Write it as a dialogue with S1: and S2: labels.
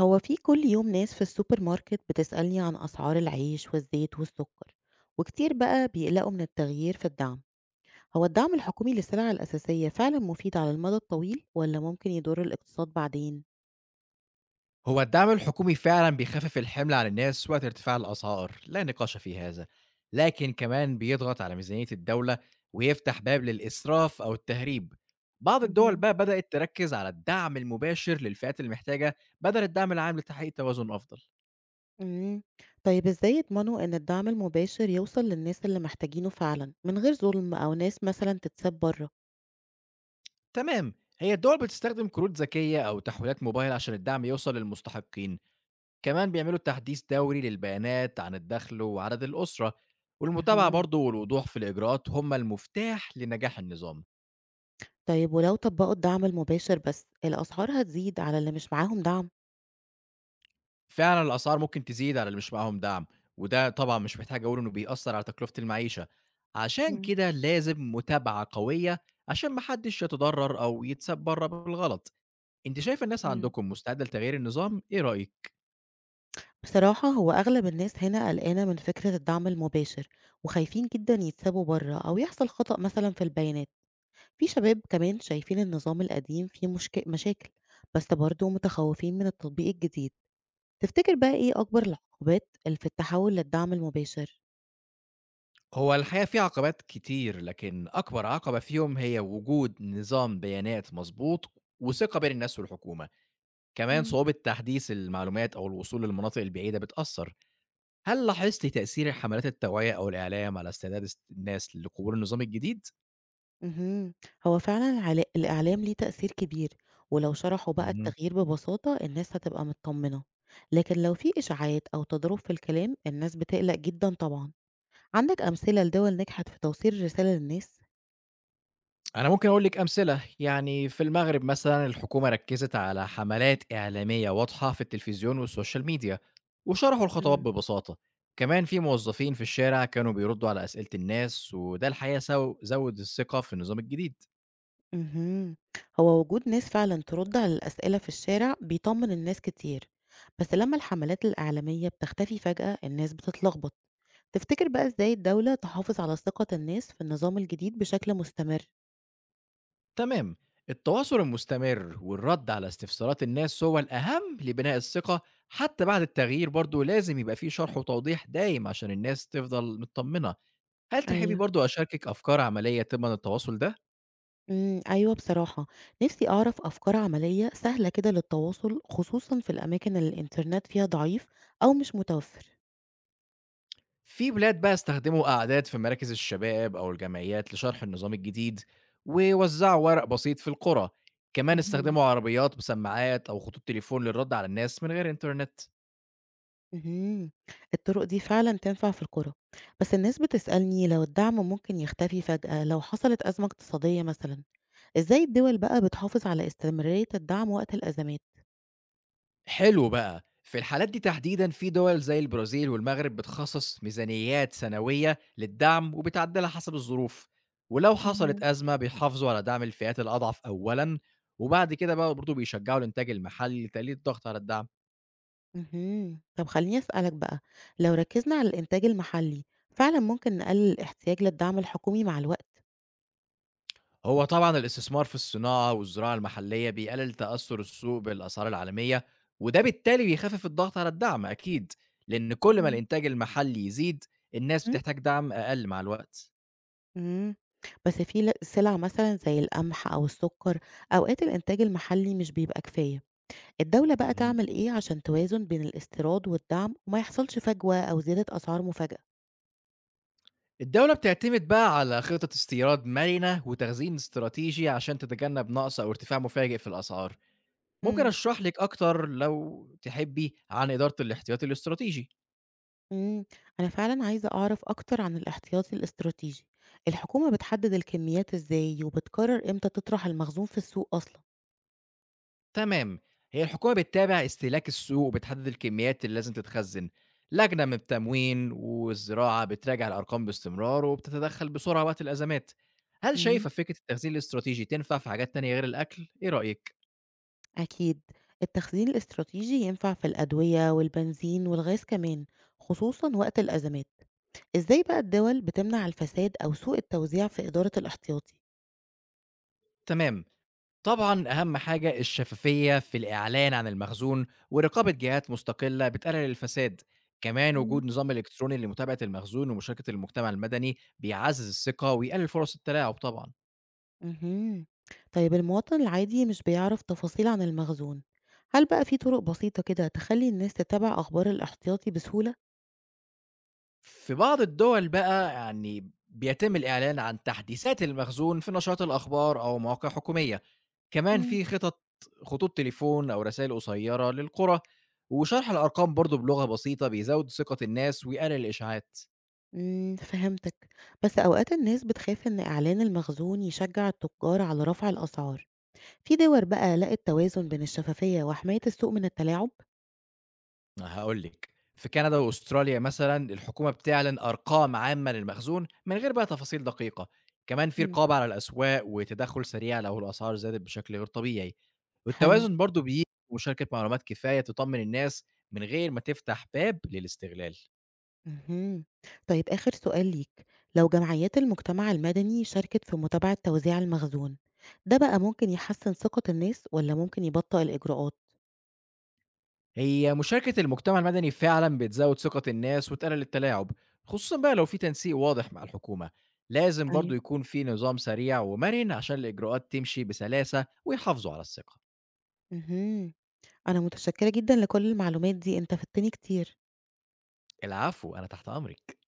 S1: هو في كل يوم ناس في السوبر ماركت بتسألني عن أسعار العيش والزيت والسكر، وكتير بقى بيقلقوا من التغيير في الدعم. هو الدعم الحكومي للسلع الأساسية فعلا مفيد على المدى الطويل ولا ممكن يضر الاقتصاد بعدين؟
S2: هو الدعم الحكومي فعلا بيخفف الحمل عن الناس وقت ارتفاع الأسعار، لا نقاش في هذا. لكن كمان بيضغط على ميزانية الدولة، ويفتح باب للإسراف أو التهريب. بعض الدول
S1: مهم.
S2: بقى بدأت تركز على الدعم المباشر للفئات المحتاجة بدل الدعم العام لتحقيق توازن أفضل.
S1: مم. طيب ازاي يضمنوا ان الدعم المباشر يوصل للناس اللي محتاجينه فعلا من غير ظلم أو ناس مثلا تتساب بره؟
S2: تمام، هي الدول بتستخدم كروت ذكية أو تحويلات موبايل عشان الدعم يوصل للمستحقين. كمان بيعملوا تحديث دوري للبيانات عن الدخل وعدد الأسرة، والمتابعة
S1: مهم.
S2: برضه والوضوح في الإجراءات هم المفتاح لنجاح النظام.
S1: طيب ولو طبقوا الدعم المباشر بس الأسعار هتزيد على اللي مش معاهم دعم.
S2: فعلًا الأسعار ممكن تزيد على اللي مش معاهم دعم، وده طبعًا مش محتاج أقول إنه بيأثّر على تكلفة المعيشة، عشان
S1: مم.
S2: كده لازم متابعة قوية عشان ما حدش يتضرر أو يتساب برّه بالغلط. أنتِ شايفة الناس
S1: مم.
S2: عندكم مستعدة لتغيير النظام، إيه رأيِك؟
S1: بصراحة هو أغلب الناس هنا قلقانة من فكرة الدعم المباشر، وخايفين جدا يتسابوا بره أو يحصل خطأ مثلا في البيانات. في شباب كمان شايفين النظام القديم فيه مشاكل، بس برضه متخوفين من التطبيق الجديد. تفتكر بقى إيه أكبر العقبات اللي في التحول للدعم المباشر؟
S2: هو الحقيقة في عقبات كتير، لكن أكبر عقبة فيهم هي وجود نظام بيانات مضبوط وثقة بين الناس والحكومة، كمان
S1: مم.
S2: صعوبة تحديث المعلومات أو الوصول للمناطق البعيدة بتأثّر. هل لاحظتِ تأثير حملات التوعية أو الإعلام على استعداد الناس لقبول النظام الجديد؟
S1: مهم. هو فعلا الإعلام ليه تأثير كبير، ولو شرحوا بقى
S2: اهم.
S1: التغيير ببساطة الناس هتبقى مطمنة. لكن لو في إشاعات أو تضارب في الكلام الناس بتقلق جدا طبعا. عندك أمثلة لدول نجحت في توصيل الرسالة للناس؟
S2: أنا ممكن أقول لِك أمثلة، يعني في المغرب مثلًا الحكومة ركّزت على حملات إعلامية واضحة في التلفزيون والسوشيال ميديا، وشرحوا الخطوات
S1: إمم.
S2: ببساطة. كمان في موظفين في الشارع كانوا بيردوا على أسئلة الناس، وده الحقيقة زوّد الثقة في النظام الجديد.
S1: اهم، هو وجود ناس فعلًا ترد على الأسئلة في الشارع بيطمن الناس كتير، بس لما الحملات الإعلامية بتختفي فجأة الناس بتتلخبط، تفتكر بقى إزاي الدولة تحافظ على ثقة الناس في النظام الجديد بشكل مستمر؟
S2: تمام، التواصل المستمر والرد على استفسارات الناس هو الأهم لبناء الثقة. حتى بعد التغيير برضو لازم يبقى فيه شرح وتوضيح دايم عشان الناس تفضل مطمنة. هل تحبي
S1: أيوه.
S2: برضو أشاركك أفكار عملية تضمن التواصل ده؟
S1: إمم، أيوه بصراحة، نفسي أعرف أفكار عملية سهلة كده للتواصل، خصوصًا في الأماكن اللي الإنترنت فيها ضعيف أو مش متوفر.
S2: في بلاد بقى استخدموا قعدات في مراكز الشباب أو الجمعيات لشرح النظام الجديد، ووزعوا ورق بسيط في القرى. كمان
S1: اهم.
S2: استخدموا عربيات بسماعات أو خطوط تليفون للرد على الناس من غير إنترنت.
S1: اهم. الطرق دي فعلًا تنفع في القرى، بس الناس بتسألني لو الدعم ممكن يختفي فجأة لو حصلت أزمة اقتصادية مثلًا، إزاي الدول بقى بتحافظ على استمرارية الدعم وقت الأزمات؟
S2: حلو بقى، في الحالات دي تحديدًا في دول زي البرازيل والمغرب بتخصص ميزانيات سنوية للدعم وبتعدلها حسب الظروف، ولو حصلت
S1: مهم.
S2: أزمة بيحافظوا على دعم الفئات الأضعف أولًا، وبعد كده بقى برضه بيشجعوا الإنتاج المحلي لتقليل الضغط على الدعم.
S1: اهم. طب خلّيني أسألك بقى، لو ركزنا على الإنتاج المحلي فعلًا ممكن نقلل الاحتياج للدعم الحكومي مع الوقت؟
S2: هو طبعًا الاستثمار في الصناعة والزراعة المحلية بيقلل تأثر السوق بالأسعار العالمية، وده بالتالي بيخفف الضغط على الدعم أكيد، لأن كل ما
S1: مهم.
S2: الإنتاج المحلي يزيد الناس
S1: إمم.
S2: بتحتاج دعم أقل مع الوقت.
S1: إمم. بس في سلع مثلًا زي القمح أو السكر أوقات الإنتاج المحلي مش بيبقى كفاية. الدولة بقى تعمل إيه عشان توازن بين الاستيراد والدعم وما يحصلش فجوة أو زيادة أسعار مفاجأة؟
S2: الدولة بتعتمد بقى على خطة استيراد مرنة وتخزين استراتيجي عشان تتجنب نقص أو ارتفاع مفاجئ في الأسعار. ممكن
S1: امم.
S2: أشرح لك أكتر لو تحبي عن إدارة الاحتياطي الاستراتيجي.
S1: امم. أنا فعلا عايزة أعرف أكتر عن الاحتياطي الاستراتيجي. الحكومة بتحدد الكميات إزاي وبتقرر إمتى تطرح المخزون في السوق أصلا؟
S2: تمام، هي الحكومة بتتابع استهلاك السوق وبتحدد الكميات اللي لازم تتخزن. لجنة من التموين والزراعة بتراجع الأرقام باستمرار وبتتدخل بسرعة وقت الأزمات. هل
S1: امم.
S2: شايفة فكرة التخزين الاستراتيجي تنفع في حاجات تانية غير الأكل؟ إيه رأيك؟
S1: أكيد، التخزين الاستراتيجي ينفع في الأدوية والبنزين والغاز كمان، خصوصا وقت الأزمات. إزاي بقى الدول بتمنع الفساد أو سوء التوزيع في إدارة الاحتياطي؟
S2: تمام. طبعًا أهم حاجة الشفافية في الإعلان عن المخزون، ورقابة جهات مستقلة بتقلل الفساد، كمان وجود نظام إلكتروني لمتابعة المخزون ومشاركة المجتمع المدني بيعزّز الثقة ويقلل فرص التلاعب طبعًا.
S1: اهم. طيب المواطن العادي مش بيعرف تفاصيل عن المخزون، هل بقى في طرق بسيطة كده تخلّي الناس تتابع أخبار الاحتياطي بسهولة؟
S2: في بعض الدول بقى يعني بيتم الإعلان عن تحديثات المخزون في نشرات الأخبار أو مواقع حكومية، كمان
S1: امم.
S2: في خطوط تليفون أو رسايل قصيرة للقرى، وشرح الأرقام برضه بلغة بسيطة بيزود ثقة الناس ويقلل الإشاعات.
S1: إمم، فهمتك، بس أوقات الناس بتخاف إن إعلان المخزون يشجع التجار على رفع الأسعار، في دول بقى لقت توازن بين الشفافية وحماية السوق من التلاعب؟
S2: هاقول لِك، في كندا وأستراليا مثلًا الحكومة بتعلن أرقام عامة للمخزون من غير بقى تفاصيل دقيقة، كمان في
S1: امم.
S2: رقابة على الأسواق وتدخُّل سريع لو الأسعار زادت بشكل غير طبيعي،
S1: حلو.
S2: والتوازن برضه بييجي بمشاركة معلومات كفاية تطمن الناس من غير ما تفتح باب للاستغلال.
S1: اهم. طيب آخر سؤال ليك، لو جمعيات المجتمع المدني شاركت في متابعة توزيع المخزون، ده بقى ممكن يحسّن ثقة الناس والّا ممكن يبطئ الإجراءات؟
S2: هي مشاركة المجتمع المدني فعلًا بتزوّد ثقة الناس وتقلل التلاعب، خصوصًا بقى لو في تنسيق واضح مع الحكومة، لازم برضه
S1: أيوه.
S2: يكون في نظام سريع ومرن عشان الإجراءات تمشي بسلاسة ويحافظوا على الثقة.
S1: اهم. أنا متشكرة جدًا لكل المعلومات دي، أنت فدتني كتير.
S2: العفو، أنا تحت أمرِك.